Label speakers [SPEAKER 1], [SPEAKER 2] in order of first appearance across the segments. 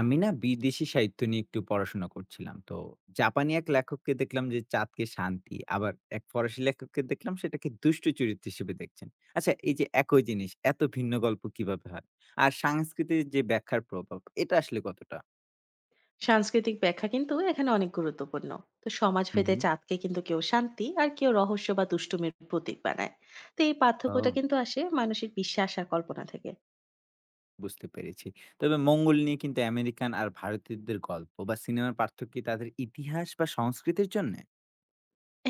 [SPEAKER 1] আমি না বিদেশি সাহিত্য নিয়ে একটু পড়াশোনা করছিলাম। তো জাপানি এক লেখককে দেখলাম যে চাঁদকে শান্তি, আবার এক ফরাসি লেখককে দেখলাম সেটাকে দুষ্ট চরিত্র হিসেবে দেখছেন। আচ্ছা এই যে একই জিনিস এত ভিন্ন গল্প কিভাবে হয়? আর সাংস্কৃতিক যে ব্যাখ্যার প্রভাব এটা আসলে কতটা?
[SPEAKER 2] সাংস্কৃতিক ব্যাখ্যা কিন্তু এখানে অনেক গুরুত্বপূর্ণ। তো সমাজ
[SPEAKER 1] হুম,
[SPEAKER 2] ভেদে
[SPEAKER 1] হুম।
[SPEAKER 2] চাঁদকে কিন্তু কেউ শান্তি আর কেউ রহস্য বা দুষ্টুমির প্রতীক বানায়। তো এই পার্থক্যটা
[SPEAKER 1] ও,
[SPEAKER 2] কিন্তু আসে মানসিক বিশ্বাস আর কল্পনা থেকে।
[SPEAKER 1] বুঝতে পেরেছি। তবে মঙ্গল নিয়ে কিন্তু আমেরিকান আর ভারতীয়দের গল্প বা সিনেমার পার্থক্য কি তাদের ইতিহাস বা সংস্কৃতির জন্যে?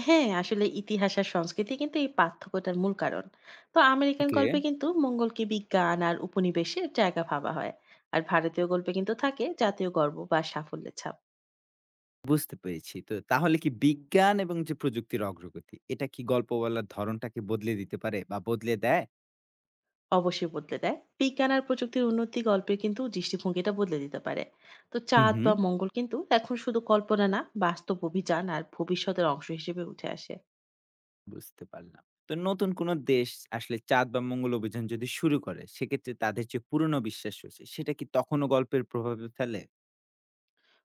[SPEAKER 2] হ্যাঁ, আসলে ইতিহাস আর সংস্কৃতি কিন্তু এই পার্থক্যটার মূল কারণ। তো আমেরিকান
[SPEAKER 1] ওকে।
[SPEAKER 2] গল্পে কিন্তু মঙ্গলকে বিজ্ঞান আর উপনিবেশের জায়গা ভাবা হয়। আর ভারতীয় গল্পে কিন্তু থাকে জাতীয় গর্ব বা সাফল্যের ছাপ।
[SPEAKER 1] বুঝতে পেরেছি। তো তাহলে কি বিজ্ঞান এবং যে প্রযুক্তির অগ্রগতি, এটা কি গল্প বলার ধরনটাকে বদলে দিতে পারে বা বদলে দেয়?
[SPEAKER 2] অবশ্যই বদলে দেয়। বিজ্ঞান আর প্রযুক্তির উন্নতি গল্পের কিন্তু দৃষ্টিভঙ্গিটা বদলে দিতে পারে। তো
[SPEAKER 1] হুম,
[SPEAKER 2] চাঁদ
[SPEAKER 1] হুম।
[SPEAKER 2] বা মঙ্গল কিন্তু এখন শুধু কল্পনা না, বাস্তব অভিযান আর ভবিষ্যতের অংশ হিসেবে উঠে আসে।
[SPEAKER 1] বুঝতে পারলাম। তো নতুন কোন দেশ আসলে চাঁদ বা মঙ্গল অভিযান যদি শুরু করে, সেক্ষেত্রে তাদের যে পুরনো বিশ্বাস রয়েছে, সেটা কি তখনো গল্পের প্রভাবে ফেলে?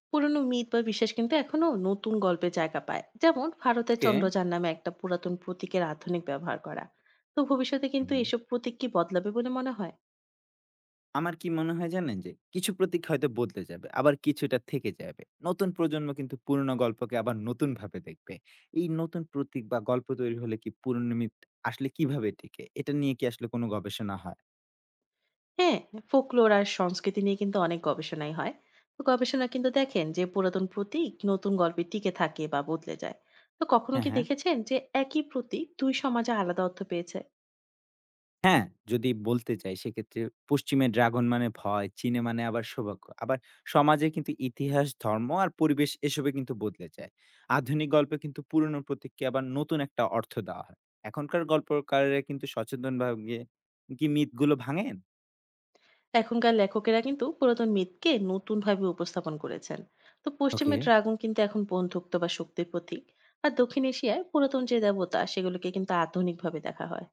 [SPEAKER 2] পুরনো মিথ বা বিশ্বাস কিন্তু এখনো নতুন গল্পে জায়গা পায়। যেমন ভারতের
[SPEAKER 1] ওকে।
[SPEAKER 2] চন্দ্রযান নামে একটা পুরাতন প্রতীকের আধুনিক ব্যবহার করা। তো ভবিষ্যতে কিন্তু
[SPEAKER 1] হুম।
[SPEAKER 2] এসব প্রতীক কি বদলাবে বলে মনে হয়?
[SPEAKER 1] আমার কি মনে হয় জানেন? যে কিছু প্রতীক হয়তো বদলে যাবে। আবার কিছুটা থেকে যাবে। নতুন প্রজন্ম কিন্তু পুরনো গল্পকে আবার নতুনভাবে দেখবে। এই নতুন প্রতীক বা গল্প তৈরি হলে কি পুরনো মিথ আসলে কিভাবে টিকে? এটা নিয়ে কি আসলে কোন গবেষণা হয়?
[SPEAKER 2] হ্যাঁ, ফোকলোর আর সংস্কৃতি নিয়ে কিন্তু অনেক গবেষণাই হয়। তো গবেষণা কিন্তু দেখেন যে পুরাতন প্রতীক নতুন গল্পে টিকে থাকে বা বদলে যায়। তো কখনো
[SPEAKER 1] হ্যাঁ,
[SPEAKER 2] কি
[SPEAKER 1] হ্যাঁ।
[SPEAKER 2] দেখেছেন যে একই প্রতীক দুই সমাজে আলাদা অর্থ পেয়েছে?
[SPEAKER 1] হ্যাঁ, যদি বলতে চাই সেক্ষেত্রে পশ্চিমে ড্রাগন মানে ভয়, চীনে মানে আবার সৌভাগ্য। আবার সমাজে কিন্তু ইতিহাস, ধর্ম আর পরিবেশ এসবে কিন্তু বদলে যায়। আধুনিক গল্পে কিন্তু পুরনো প্রতীককে আবার নতুন একটা অর্থ দেওয়া হয়। এখনকার গল্পকারেরা কিন্তু সচেতনভাবে কি মিথগুলো ভাঙেন?
[SPEAKER 2] এখনকার লেখকেরা কিন্তু পুরাতন মিথকে নতুনভাবে উপস্থাপন করেছেন। তো পশ্চিমে
[SPEAKER 1] ওকে।
[SPEAKER 2] ড্রাগন কিন্তু এখন বন্ধুত্ব বা শক্তির প্রতীক। আর দক্ষিণ এশিয়ায় পুরাতন যে দেবতা সেগুলোকে কিন্তু আধুনিকভাবে দেখা হয়।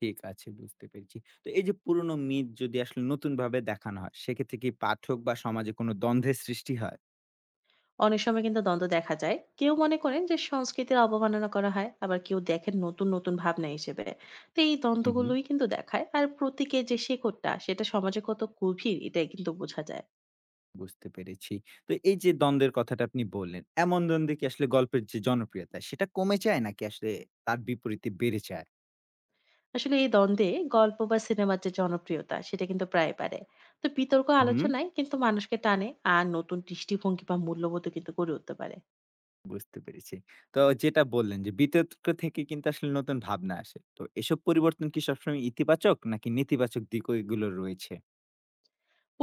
[SPEAKER 1] ঠিক আছে, বুঝতে পেরেছি। তো এই যে পুরনো মিথ যদি আসলে নতুনভাবে দেখানো হয়, সেক্ষেত্রে কি পাঠক বা সমাজে কোনো দ্বন্দ্বের সৃষ্টি হয়?
[SPEAKER 2] অনেক সময় কিন্তু দ্বন্দ্ব দেখা যায়, কেউ মনে করেন যে সংস্কৃতির অবমাননা করা হয়, আবার কেউ দেখেন নতুন নতুন ভাবনা হিসেবে। তো এই
[SPEAKER 1] হুম, হুম।
[SPEAKER 2] দ্বন্দ্বগুলোই কিন্তু দেখায় আর প্রতীকের যে শেকড়টা সেটা সমাজে কত গভীর এটাই কিন্তু বোঝা যায়।
[SPEAKER 1] বুঝতে পেরেছি। তো এই যে দ্বন্দ্বের কথাটা আপনি বললেন, এমন দ্বন্দ্বে কি আসলে গল্পের যে জনপ্রিয়তা সেটা কমে যায় নাকি আসলে তার বিপরীতে বেড়ে যায়?
[SPEAKER 2] আসলে এই দ্বন্দ্বে গল্প বা সিনেমার যে জনপ্রিয়তা সেটা কিন্তু প্রায় পারে। তো বিতর্ক
[SPEAKER 1] হুম।
[SPEAKER 2] আলোচনায় কিন্তু মানুষকে টানে। আর নতুন দৃষ্টিভঙ্গি বা মূল্যবোধ কিন্তু গড়ে উঠতে পারে।
[SPEAKER 1] বুঝতে পেরেছি। তো যেটা বললেন যে বিতর্ক থেকে কিন্তু আসলে নতুন ভাবনা আসে। তো এসব পরিবর্তন কি সবসময় ইতিবাচক নাকি নেতিবাচক দিকও এগুলো রয়েছে?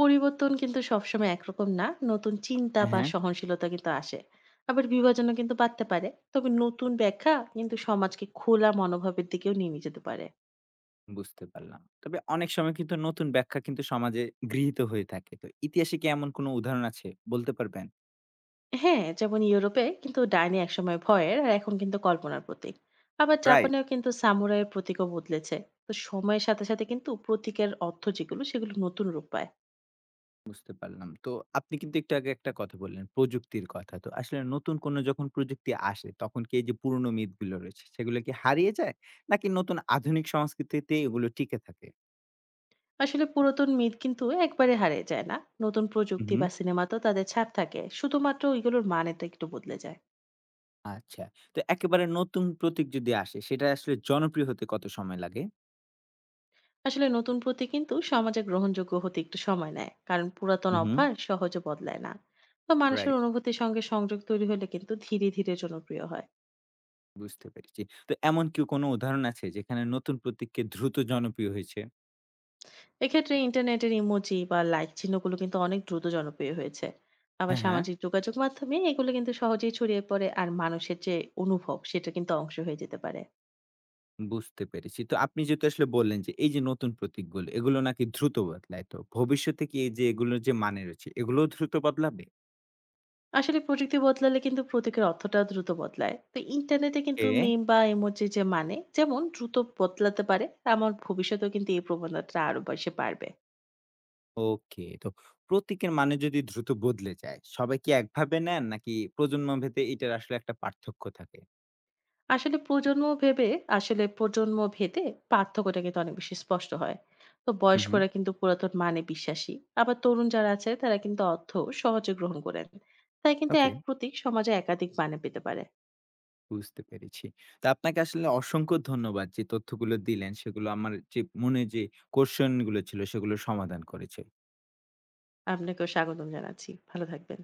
[SPEAKER 2] পরিবর্তন কিন্তু সবসময় একরকম না। নতুন চিন্তা
[SPEAKER 1] হ্যাঁ,
[SPEAKER 2] বা
[SPEAKER 1] হ্যাঁ।
[SPEAKER 2] সহনশীলতা কিন্তু আসে। আবার বিভাজনও কিন্তু বাড়তে পারে। তবে নতুন ব্যাখ্যা কিন্তু সমাজকে খোলা মনোভাবের দিকেও নিয়ে নিয়ে যেতে পারে।
[SPEAKER 1] বুঝতে পারলাম। তবে অনেক সময় কিন্তু নতুন ব্যাখ্যা কিন্তু সমাজে গৃহীত হয়ে থাকে। তো ইতিহাসে কি এমন কোনো উদাহরণ আছে বলতে পারবেন?
[SPEAKER 2] হ্যাঁ, যেমন ইউরোপে কিন্তু ডাইনি একসময় ভয়ের আর এখন কিন্তু কল্পনার প্রতীক। আবার
[SPEAKER 1] রাইট।
[SPEAKER 2] জাপানেও কিন্তু সামুরাইয়ের প্রতীকও বদলেছে। তো সময়ের সাথে সাথে কিন্তু প্রতীকের অর্থ যেগুলো সেগুলো নতুন রূপ পায়।
[SPEAKER 1] বুঝতে পারলাম। তো আপনি কিন্তু একটু আগে একটা কথা বললেন, প্রযুক্তির কথা। তো আসলে নতুন কোনো যখন প্রযুক্তি আসে, তখন কি এই যে পুরনো মিথগুলো রয়েছে, সেগুলো কি হারিয়ে যায়? নাকি নতুন আধুনিক সংস্কৃতিতে এগুলো টিকে থাকে?
[SPEAKER 2] আসলে পুরাতন মিথ কিন্তু একবারে হারিয়ে যায় না। নতুন
[SPEAKER 1] হু,
[SPEAKER 2] প্রযুক্তি
[SPEAKER 1] হু।
[SPEAKER 2] বা সিনেমাতেও তাদের ছাপ থাকে। শুধুমাত্র ওইগুলোর মানেটা একটু বদলে যায়।
[SPEAKER 1] আচ্ছা। তো একেবারে নতুন প্রতীক যদি আসে, সেটা আসলে জনপ্রিয় হতে কত সময় লাগে?
[SPEAKER 2] আসলে নতুন প্রতি কিন্তু সমাজে গ্রহণযোগ্য হতে একটু সময় নেয়, কারণ পুরাতন
[SPEAKER 1] হু, হু।
[SPEAKER 2] অভ্যাস সহজে বদলায় না। বা মানুষের
[SPEAKER 1] রাইট,
[SPEAKER 2] অনুভূতির সঙ্গে সংযোগ তৈরি হলে কিন্তু ধীরে ধীরে জনপ্রিয় হয়।
[SPEAKER 1] বুঝতে পেরেছি। তো এমন কি কোনো উদাহরণ আছে, যেখানে নতুন প্রতীককে দ্রুত জনপ্রিয় হয়েছে?
[SPEAKER 2] এক্ষেত্রে ইন্টারনেটের ইমোজি বা লাইক চিহ্নগুলো কিন্তু অনেক দ্রুত জনপ্রিয় হয়েছে। আবার
[SPEAKER 1] হ্যাঁ, হ্যাঁ।
[SPEAKER 2] সামাজিক যোগাযোগ মাধ্যমে এগুলো কিন্তু সহজেই ছড়িয়ে পড়ে আর মানুষের যে অনুভব সেটা কিন্তু অংশ হয়ে যেতে পারে।
[SPEAKER 1] বুঝতে পেরেছি। তো আপনি যেহেতু আসলে বললেন যে এই যে নতুন প্রতীকগুলো, এগুলো নাকি দ্রুত বদলায়। তো ভবিষ্যতে কি এই যে এগুলোর যে মানে রয়েছে, এগুলোও দ্রুত বদলাবে?
[SPEAKER 2] আসলে প্রযুক্তি বদলালে কিন্তু প্রতীকের অর্থটা দ্রুত বদলায়। তো ইন্টারনেটে কিন্তু
[SPEAKER 1] এ
[SPEAKER 2] মিম বা ইমোজি যে মানে যেমন দ্রুত বদলাতে পারে। আমার ভবিষ্যতেও কিন্তু এই প্রবণতাটা আরো বেশি বাড়বে।
[SPEAKER 1] ওকে। তো প্রতীকের মানে যদি দ্রুত বদলে যায়, সবাই কি একভাবে নেন নাকি প্রজন্মভেদে এটার আসলে একটা পার্থক্য থাকে?
[SPEAKER 2] আসলে প্রজন্ম ভেবে আসলে প্রজন্ম ভেদে পার্থক্যটা কিন্তু অনেক বেশি স্পষ্ট হয়। তো
[SPEAKER 1] হুম, হুম।
[SPEAKER 2] বয়স্করা কিন্তু পুরাতন মানে বিশ্বাসী। আবার তরুণ যারা আছে তারা কিন্তু অর্থ সহজে গ্রহণ করেন। তাই কিন্তু
[SPEAKER 1] ওকে,
[SPEAKER 2] এক প্রতীক সমাজে একাধিক মানে পেতে পারে।
[SPEAKER 1] বুঝতে পেরেছি। তো আপনাকে আসলে অসংখ্য ধন্যবাদ যে তথ্যগুলো দিলেন, সেগুলো আমার যে মনে যে কোয়েশন গুলো ছিল, সেগুলো সমাধান করেছে।
[SPEAKER 2] আপনাকেও স্বাগতম জানাচ্ছি, ভালো থাকবেন।